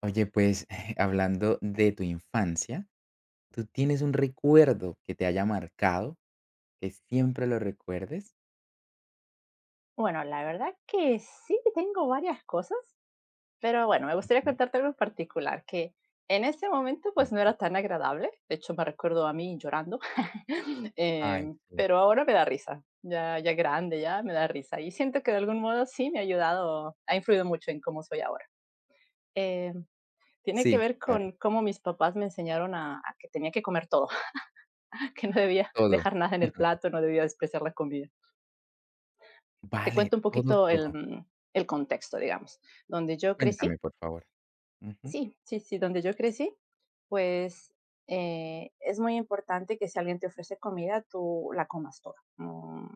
Oye, pues hablando de tu infancia, ¿tú tienes un recuerdo que te haya marcado, que siempre lo recuerdes? Bueno, la verdad que sí tengo varias cosas, pero bueno, me gustaría Ujú, contarte algo en particular que en ese momento pues no cuéntame. era tan agradable, de hecho me recuerdo a mí llorando, Ay, sí. pero ahora me da risa, ya, ya grande, ya me da risa y siento que de algún modo sí me ha ayudado, ha influido mucho en cómo soy ahora. Em, tiene que Sí, ver claro, con cómo mis papás me enseñaron a que tenía que comer todo, que no debía todo. dejar nada en el plato, no debía despreciar la comida. Te Vale, cuento un todo, poquito el, todo. mm, el contexto, digamos. Donde yo Cuéntame, crecí, por favor. Ujú, sí, sí, sí, donde yo crecí, pues es muy importante que si alguien te ofrece comida, tú la comas toda. Mm,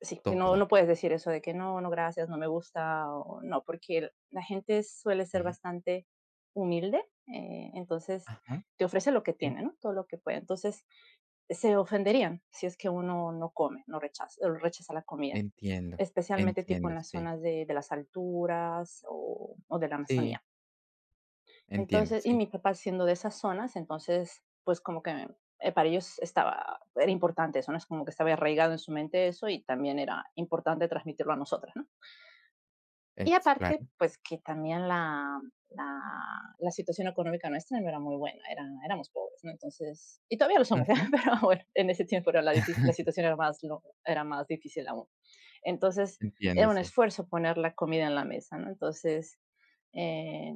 sí, no, toda. no puedes decir eso de que no, no, gracias, no me gusta, o no, porque la gente suele ser Sí. bastante humilde, entonces Ajá, te ofrece lo que sí, tiene, ¿no? Todo lo que puede. Entonces se ofenderían si es que uno no come, no rechaza, rechaza la comida entiendo, especialmente tipo entiendo, en las sí. zonas de las alturas o de la Sí, Amazonía. entiendo, Entonces, y sí, mi papá siendo de esas zonas, entonces, pues como que para ellos estaba, era importante eso, ¿no? Es como que estaba arraigado en su mente eso y también era importante transmitirlo a nosotras, ¿no? Y sí, aparte, claro. pues que también la, la situación económica nuestra no era muy buena, era, éramos pobres, ¿no? Entonces, y todavía lo somos, ¿eh? Ujú. Pero bueno, en ese tiempo era la, la situación era más, era más difícil aún. Entonces, Entiendo, era un sí, esfuerzo poner la comida en la mesa, ¿no? Entonces, eh,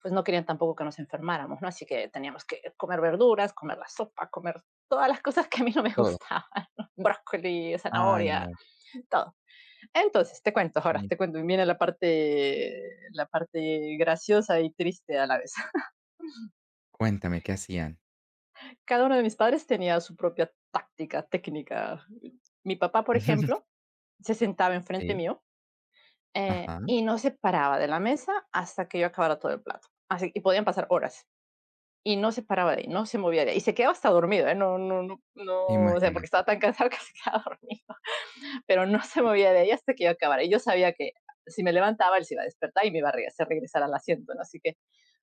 pues no querían tampoco que nos enfermáramos, ¿no? Así que teníamos que comer verduras, comer la sopa, comer todas las cosas que a mí no me todo. gustaban, brócoli, Ay, zanahoria, no, todo. Entonces, te cuento, ahora sí. te cuento, viene la parte graciosa y triste a la vez. Cuéntame, ¿qué hacían? Cada uno de mis padres tenía su propia táctica, técnica. Mi papá, por ejemplo, se sentaba enfrente Sí, mío, ajá, y no se paraba de la mesa hasta que yo acabara todo el plato. Así, y podían pasar horas. Y no se paraba de ahí, no se movía de ahí. Y se quedaba hasta dormido, ¿eh? No, no, no, no, o sea, porque imagínate. estaba tan cansado que se quedaba dormido. Pero no se movía de ahí hasta que yo acabara. Y yo sabía que si me levantaba, él se iba a despertar y me iba a hacer regresar al asiento, ¿no? Así que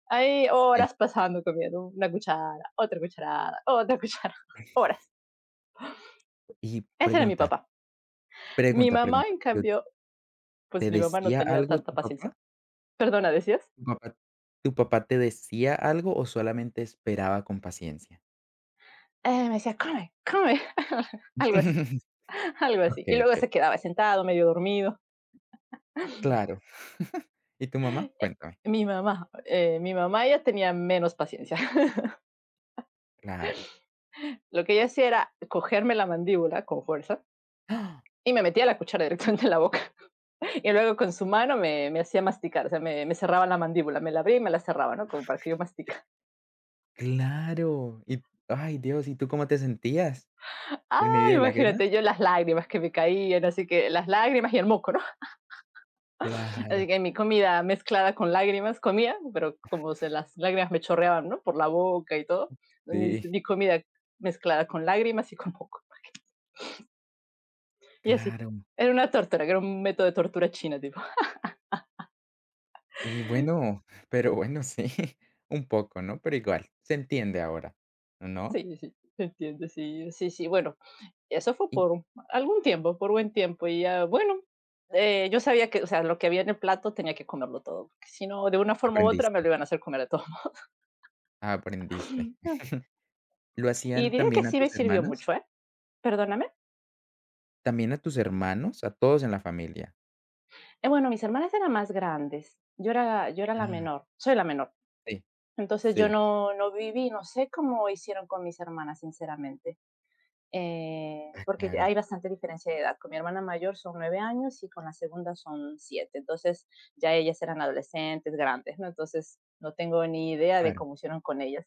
hay Sí. horas pasando comiendo una cuchara, otra cucharada, otra cucharada horas. Y Ese era mi pregunta, papá. Mi pregunta, mamá, pregunta, en ¿pero cambio, pues te mi mamá no decía tenía algo tanta tu paciencia. papá? Perdona, decías. ¿Tu papá tu papá te decía algo o solamente esperaba con paciencia? Me decía, come, come, algo así, algo así. Y Okey, luego okey, se quedaba sentado, medio dormido. claro. ¿Y tu mamá? Eh, Cuéntame. Mi mamá ya tenía menos paciencia. Claro. Lo que ella hacía era cogerme la mandíbula con fuerza ¡Ah! y me metía la cuchara directamente en la boca. Y luego con su mano me hacía masticar, o sea, me cerraba la mandíbula, me la abría y me la cerraba, ¿no? Como para que yo mastica. Claro. Y ay, Dios, ¿y tú cómo te sentías? ¿En Ah, medio de lágrimas? imagínate yo las lágrimas que me caían, así que las lágrimas y el moco, ¿no? Claro, Así que mi comida mezclada con lágrimas comía, pero como se las lágrimas me chorreaban, ¿no? Por la boca y todo. Mi, sí, mi comida mezclada con lágrimas y con moco. Y así. claro. Era una tortura, que era un método de tortura china, tipo. Y bueno, pero bueno, sí, un poco, ¿no? Pero igual, se entiende ahora, ¿no? Sí, sí, sí, entiendo, sí, sí, sí. Bueno, eso fue Y por algún tiempo, por buen tiempo, y ya, bueno, yo sabía que, o sea, lo que había en el plato tenía que comerlo todo, porque si no, de una forma u otra me aprendiste, lo iban a hacer comer de todo. aprendiste. Lo Y hacían diría que también a sí me tus sirvió hermanas, mucho, ¿eh? Perdóname. también a tus hermanos, a todos en la familia. Bueno, mis hermanas eran más grandes, yo era la Ah. menor, soy la menor. Sí, Entonces yo sí. no, no viví, no sé cómo hicieron con mis hermanas, sinceramente. Ah, Porque claro. hay bastante diferencia de edad. Con mi hermana mayor son 9 años y con la segunda son 7. Entonces ya ellas eran adolescentes, grandes, ¿no? Entonces no tengo ni idea de Claro, cómo hicieron con ellas.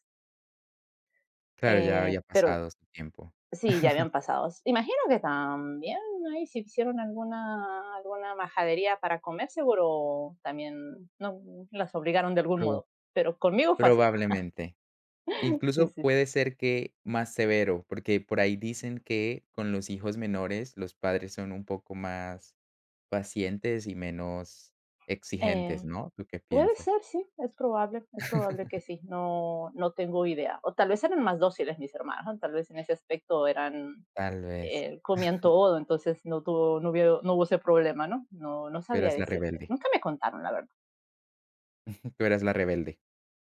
claro, ya había Pero pasado su tiempo. sí, ya habían pasado. Imagino que también ahí si hicieron alguna majadería para comer, seguro también no, las obligaron de algún Pro modo. Pero conmigo fue así. Probablemente. Sí, Incluso sí, sí. puede ser que más severo, porque por ahí dicen que con los hijos menores los padres son un poco más pacientes y menos exigentes, Eh, ¿no? ¿Tú qué puede piensas? ser, sí, es probable que sí, no, no tengo idea. O tal vez eran más dóciles mis hermanos, ¿no? Tal vez en ese aspecto eran, Tal vez, comían todo, entonces no hubo, no hubo ese problema, ¿no? No, no tú sabría eras la decirte. rebelde, Nunca me contaron, la verdad. tú eras la rebelde.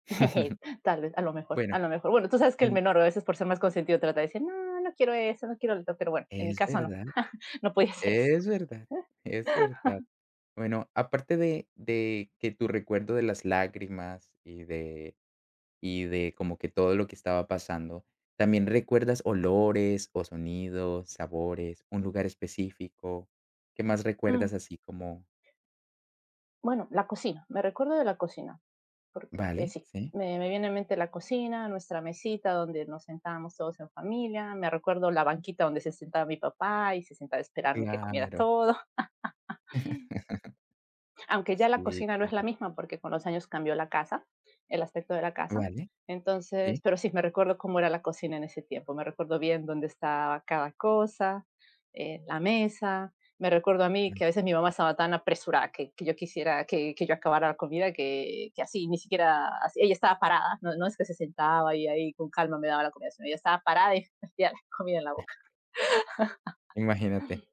Tal vez, a lo mejor, Bueno, a lo mejor. Bueno, tú sabes que el en menor a veces por ser más consentido trata de decir, no, no quiero eso, no quiero lo otro, pero bueno, en mi es caso no, verdad. no podía hacer eso. Es verdad, es verdad. Bueno, aparte de que tu recuerdo de las lágrimas y de como que todo lo que estaba pasando, ¿también recuerdas olores o sonidos, sabores, un lugar específico? ¿Qué más Mm, recuerdas así como? bueno, la cocina, me recuerdo de la cocina. Porque, Vale, sí, sí, me viene a mente la cocina, nuestra mesita donde nos sentábamos todos en familia, me recuerdo la banquita donde se sentaba mi papá y se sentaba a esperarme que comiera claro, todo, aunque ya la sí, cocina no es la claro, misma porque con los años cambió la casa, el aspecto de la casa. vale, Entonces, sí, pero sí, me recuerdo cómo era la cocina en ese tiempo, me recuerdo bien dónde estaba cada cosa, la mesa, me recuerdo a mí mm, que a veces mi mamá estaba tan apresurada que yo quisiera yo acabara la comida que así, ni siquiera, así, ella estaba parada, no, no, es que se sentaba y ahí con calma me daba la comida, sino ella estaba parada y me metía la comida en la boca. imagínate,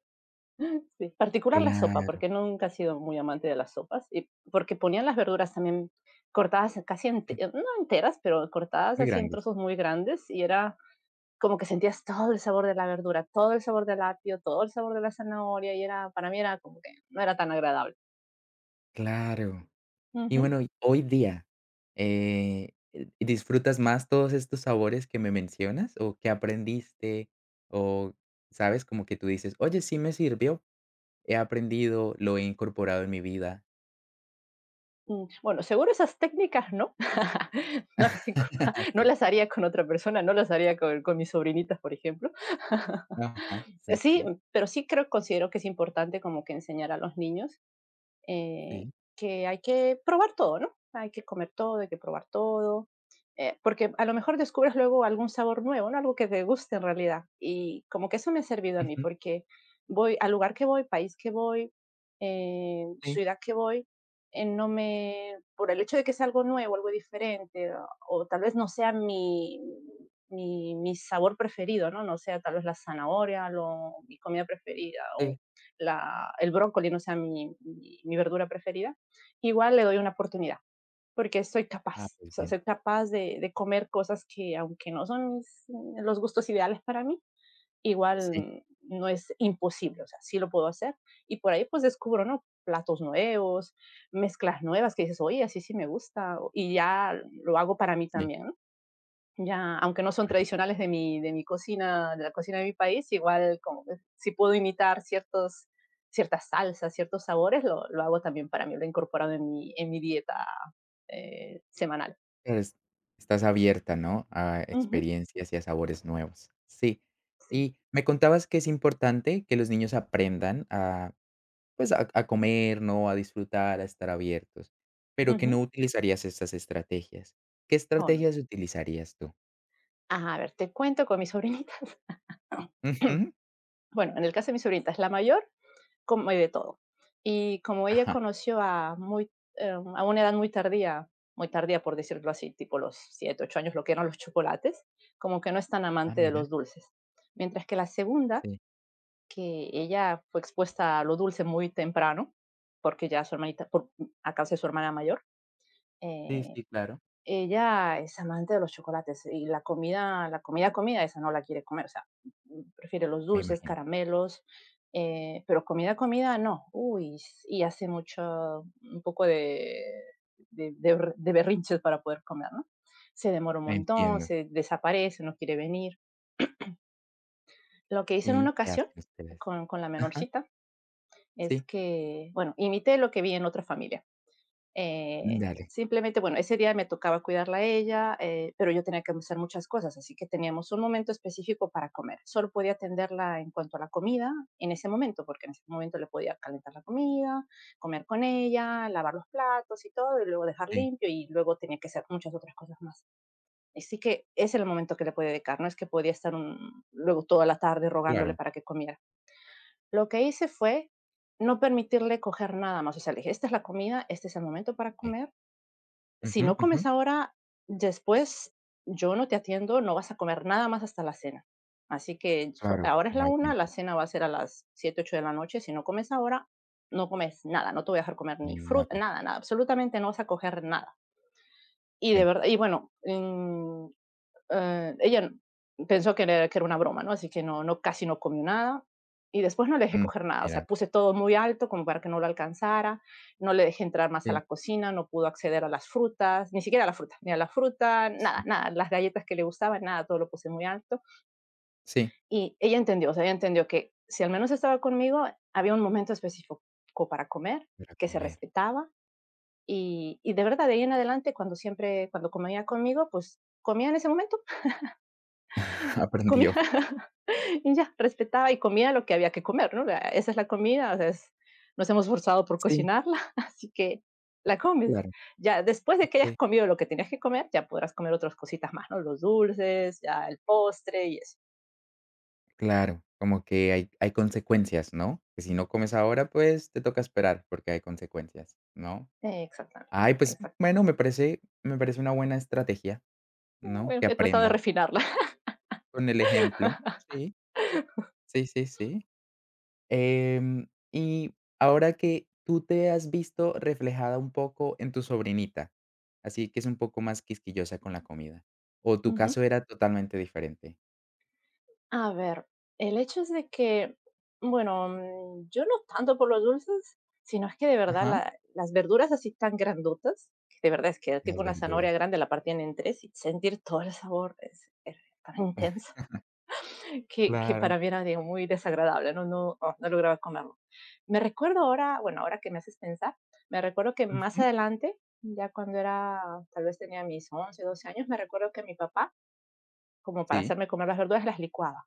Sí, particular la sopa, claro, porque nunca he sido muy amante de las sopas y porque ponían las verduras también cortadas sí, no enteras, pero cortadas muy así en grandes, trozos muy grandes y era como que sentías todo el sabor de la verdura, todo el sabor del apio, todo el sabor de la zanahoria y era para mí era como que no era tan agradable. claro. Y bueno, y hoy día, ¿disfrutas más todos estos sabores que me mencionas? ¿O qué aprendiste? O, ¿sabes? Como que tú dices, oye, sí me sirvió, he aprendido, lo he incorporado en mi vida. Mm, bueno, seguro esas técnicas no. No las incorpora no Sí. las haría con otra persona, no las haría con mis sobrinitas, por ejemplo. Ajá. Sí, Sí, sí, pero sí creo considero que es importante como que enseñar a los niños, eh, sí. que hay que probar todo, ¿no? Hay que comer todo, hay que probar todo, porque a lo mejor descubres luego algún sabor nuevo, ¿no? Algo que te guste en realidad. Y como que eso me ha servido a mí, Ujú. porque voy al lugar que voy, país que voy, Sí, ciudad que voy, no me, por el hecho de que sea algo nuevo, algo diferente, o tal vez no sea mi sabor preferido, ¿no? No sea tal vez la zanahoria, mi comida preferida, o sí. la, el brócoli no sea mi verdura preferida, igual le doy una oportunidad, porque soy Ah, capaz, o pues sea, bien. soy capaz de comer cosas que aunque no son mis, los gustos ideales para mí, Sí, igual no es imposible, o sea, sí lo puedo hacer. Y por ahí pues descubro, ¿no? Platos nuevos, mezclas nuevas que dices, oye, así sí me gusta, y ya lo hago para mí sí. también, ¿no? Ya, aunque no son Bueno, tradicionales de mi cocina, de la cocina de mi país, igual como que si puedo imitar ciertos ciertas salsas, ciertos sabores, lo hago también para mí, lo he incorporado en mi dieta, semanal. eres estás abierta, ¿no? A Ujú, experiencias y a sabores nuevos. Sí. sí, Y me contabas que es importante que los niños aprendan a pues, a comer, ¿no? A disfrutar, a estar abiertos, pero que ujú, no utilizarías estas estrategias. ¿Qué oh, no. estrategias utilizarías tú? Ah, a ver, te cuento con mis sobrinitas. Ujú. Bueno, en el caso de mis sobrinitas, la mayor como y de todo. Y como ella Ajá. conoció a muy a una edad muy tardía por decirlo así, tipo los 7 u 8 años, lo que eran los chocolates, como que no es tan Ah, amante de mira. los dulces. Mientras que la segunda, Sí. que ella fue expuesta a lo dulce muy temprano, porque ya su hermanita, por a causa de su hermana mayor, Sí, eh sí, claro. ella es amante de los chocolates y la comida comida, esa no la quiere comer, o sea, mm, prefiere los Me dulces, imagino. caramelos, pero comida, comida no. Uy, y hace mucho un poco de berrinches para poder comer, ¿no? Se demora un montón, Entiendo. se desaparece, no quiere venir. Lo que hice en una ¿Y qué hacen ocasión ustedes? con la Ajá. menorcita es Sí. que, bueno, imité lo que vi en otra familia. Eh, Dale. simplemente, bueno, ese día me tocaba cuidarla a ella, pero yo tenía que hacer muchas cosas, así que teníamos un momento específico para comer. Solo podía atenderla en cuanto a la comida en ese momento, porque en ese momento le podía calentar la comida, comer con ella, lavar los platos y todo, y luego dejar Sí, limpio, y luego tenía que hacer muchas otras cosas más. Así que ese era el momento que le podía dedicar, no es que podía estar luego toda la tarde rogándole claro. para que comiera. Lo que hice fue no permitirle coger nada más, o sea, le dije, esta es la comida, este es el momento para Sí. comer si Ujú, no ujú. comes ahora, después yo no te atiendo, no vas a comer nada más hasta la cena. Así que Claro, ahora porque es no la hay una, tiempo. la cena va a ser a las 7, 8 de la noche. Si no comes ahora, no comes nada, no te voy a dejar comer ni fruta, Nada. nada, nada, absolutamente no vas a coger nada. Y de Sí. verdad, y bueno, eh, ella n- pensó que era una broma, ¿no? Así que no casi no comió nada y después no le dejé Mm, coger nada, o mira. sea, puse todo muy alto como para que no lo alcanzara, no le dejé entrar más a Sí, la cocina, no pudo acceder a las frutas, ni siquiera a la fruta, ni a la fruta, nada, sí, nada, las galletas que le gustaban, nada, todo lo puse muy alto sí, y ella entendió, o sea, ella entendió que si al menos estaba conmigo, había un momento específico para comer, para que se comer. respetaba y de verdad, de ahí en adelante, cuando siempre cuando comía conmigo, pues comía en ese momento, comía. Aprendió. Y ya, respetaba y comía lo que había que comer, ¿no? Esa es la comida, o sea, nos hemos forzado por Sí, cocinarla, así que la comes. claro. Ya, después de que hayas comido lo que tenías que comer, ya podrás comer otras cositas más, ¿no? Los dulces, ya el postre y eso. Claro, como que hay consecuencias, ¿no? Que si no comes ahora, pues, te toca esperar porque hay consecuencias, ¿no? Exactamente, Ay, pues, exactamente. bueno, me parece una buena estrategia, ¿no? Bueno, Que he tratado de aprendan refinarla. con el ejemplo. Sí, sí, sí, sí. Y ahora que tú te has visto reflejada un poco en tu sobrinita, así que es un poco más quisquillosa con la comida, ¿o tu Ujú. caso era totalmente diferente? A ver, el hecho es de que, bueno, yo no tanto por los dulces, sino es que de verdad Ajá, las verduras así tan grandotas, que de verdad es que tipo las una verduras. zanahoria grande la partían en tres y sentir todo el sabor es tan intenso que Claro. para mí muy desagradable, no, no, oh, no lograba comerlo. Me recuerdo ahora, bueno, ahora que me haces pensar, me recuerdo que más Ujú, adelante, ya cuando era, tal vez tenía mis 11, 12 años, me recuerdo que mi papá, como para sí. hacerme comer las verduras, las licuaba.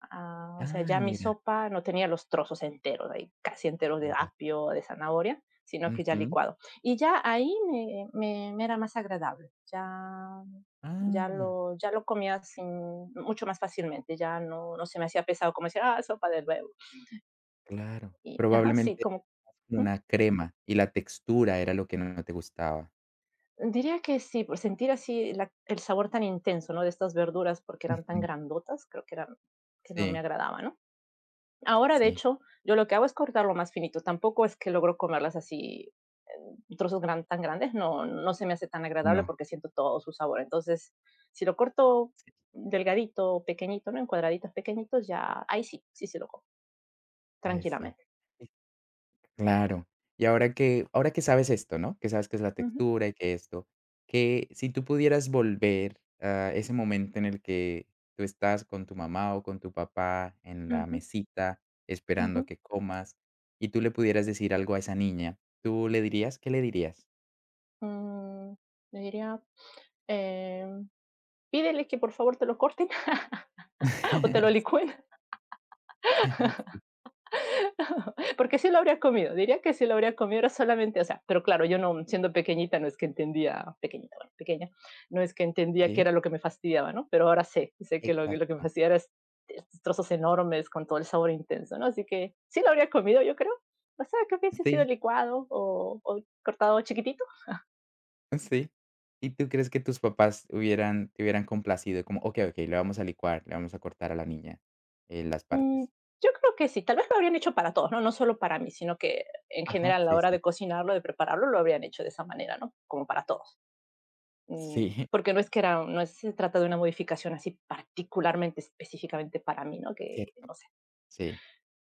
Ah, o sea, Ay, ya mi mira. sopa no tenía los trozos enteros, ahí casi enteros de Dema apio, de zanahoria, sino que ya ujú. licuado. Y ya ahí me era más agradable, ya, ya, Ah, lo, ya lo comía sin, mucho más fácilmente, ya no, no se me hacía pesado como decir, ah, sopa de huevo. claro. Y ajá, sí, Probablemente como... más como ¿Mm? una crema, y la textura era lo que no te gustaba. Diría que sí, por sentir así el sabor tan intenso, ¿no? De estas verduras, porque eran tan Ujú. grandotas, creo que eran, que no me Sí, agradaba, ¿no? Ahora, de sí, hecho, yo lo que hago es cortarlo más finito. Tampoco es que logro comerlas así en trozos tan grandes, no, no se me hace tan agradable no, porque siento todo su sabor. Entonces, si lo corto sí, delgadito, pequeñito, ¿no? En cuadraditos pequeñitos, ya ahí sí, sí se lo como, ay, sí. tranquilamente. Y claro. Y ahora que sabes esto, ¿no? Que sabes que es la Ujú, textura y que esto, que si tú pudieras volver a ese momento en el que tú estás con tu mamá o con tu papá en la ujú, mesita esperando a ujú. que comas, y tú le pudieras decir algo a esa niña, ¿tú le dirías? ¿Qué le dirías? Mm, le diría, em, pídele que por favor te lo corten o te lo licúen. Porque sí lo habría comido, diría que sí lo habría comido, era solamente, o sea, pero claro, yo no, siendo pequeñita, no es que entendía, pequeñita, bueno, pequeña, no es que entendía qué Sí, era lo que me fastidiaba, ¿no? Pero ahora sé, que lo que me exacto. fastidiaba era estos trozos enormes con todo el sabor intenso, ¿no? Así que sí lo habría comido, yo creo. O sea, que hubiese sido Sí, licuado o cortado chiquitito. sí. ¿Y tú crees que tus papás hubieran te hubieran complacido? Como, okey, okey, le vamos a licuar, le vamos a cortar a la niña, las Mm, partes. yo creo que sí, tal vez lo habrían hecho para todos, ¿no? No solo para mí, sino que en Ajá, general a la sí, hora sí. de cocinarlo, de prepararlo, lo habrían hecho de esa manera, ¿no? Como para todos. Sí, Porque no es se trata de una modificación así particularmente, específicamente para mí, ¿no? Que, cierto. no sé. Sí,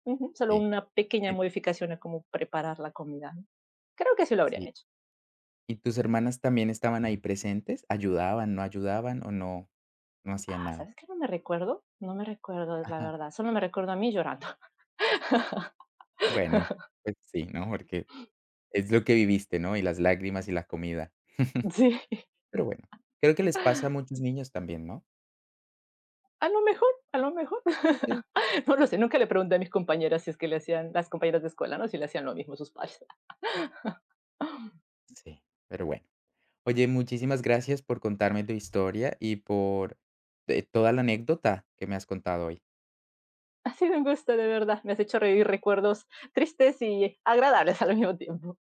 Ujú, solo sí. una pequeña Bueno, modificación a cómo preparar la comida, ¿no? Creo que sí lo habrían sí. hecho. ¿Y tus hermanas también estaban ahí presentes? ¿Ayudaban, no ayudaban o no hacían Ah, nada? ¿sabes qué? No me recuerdo, no me recuerdo, la Ajá. verdad. Solo me recuerdo a mí llorando. Bueno, pues sí, ¿no? Porque es lo que viviste, ¿no? Y las lágrimas y la comida. Sí, Pero bueno, creo que les pasa a muchos niños también, ¿no? a lo mejor, a lo mejor. Sí. No lo sé, nunca le pregunté a mis compañeras si es que le hacían las compañeras de escuela, ¿no? Si le hacían lo mismo a sus padres. Sí, pero bueno. Oye, muchísimas gracias por contarme tu historia y por, toda la anécdota que me has contado hoy. Ha sido un gusto, de verdad. Me has hecho revivir recuerdos tristes y agradables al mismo tiempo.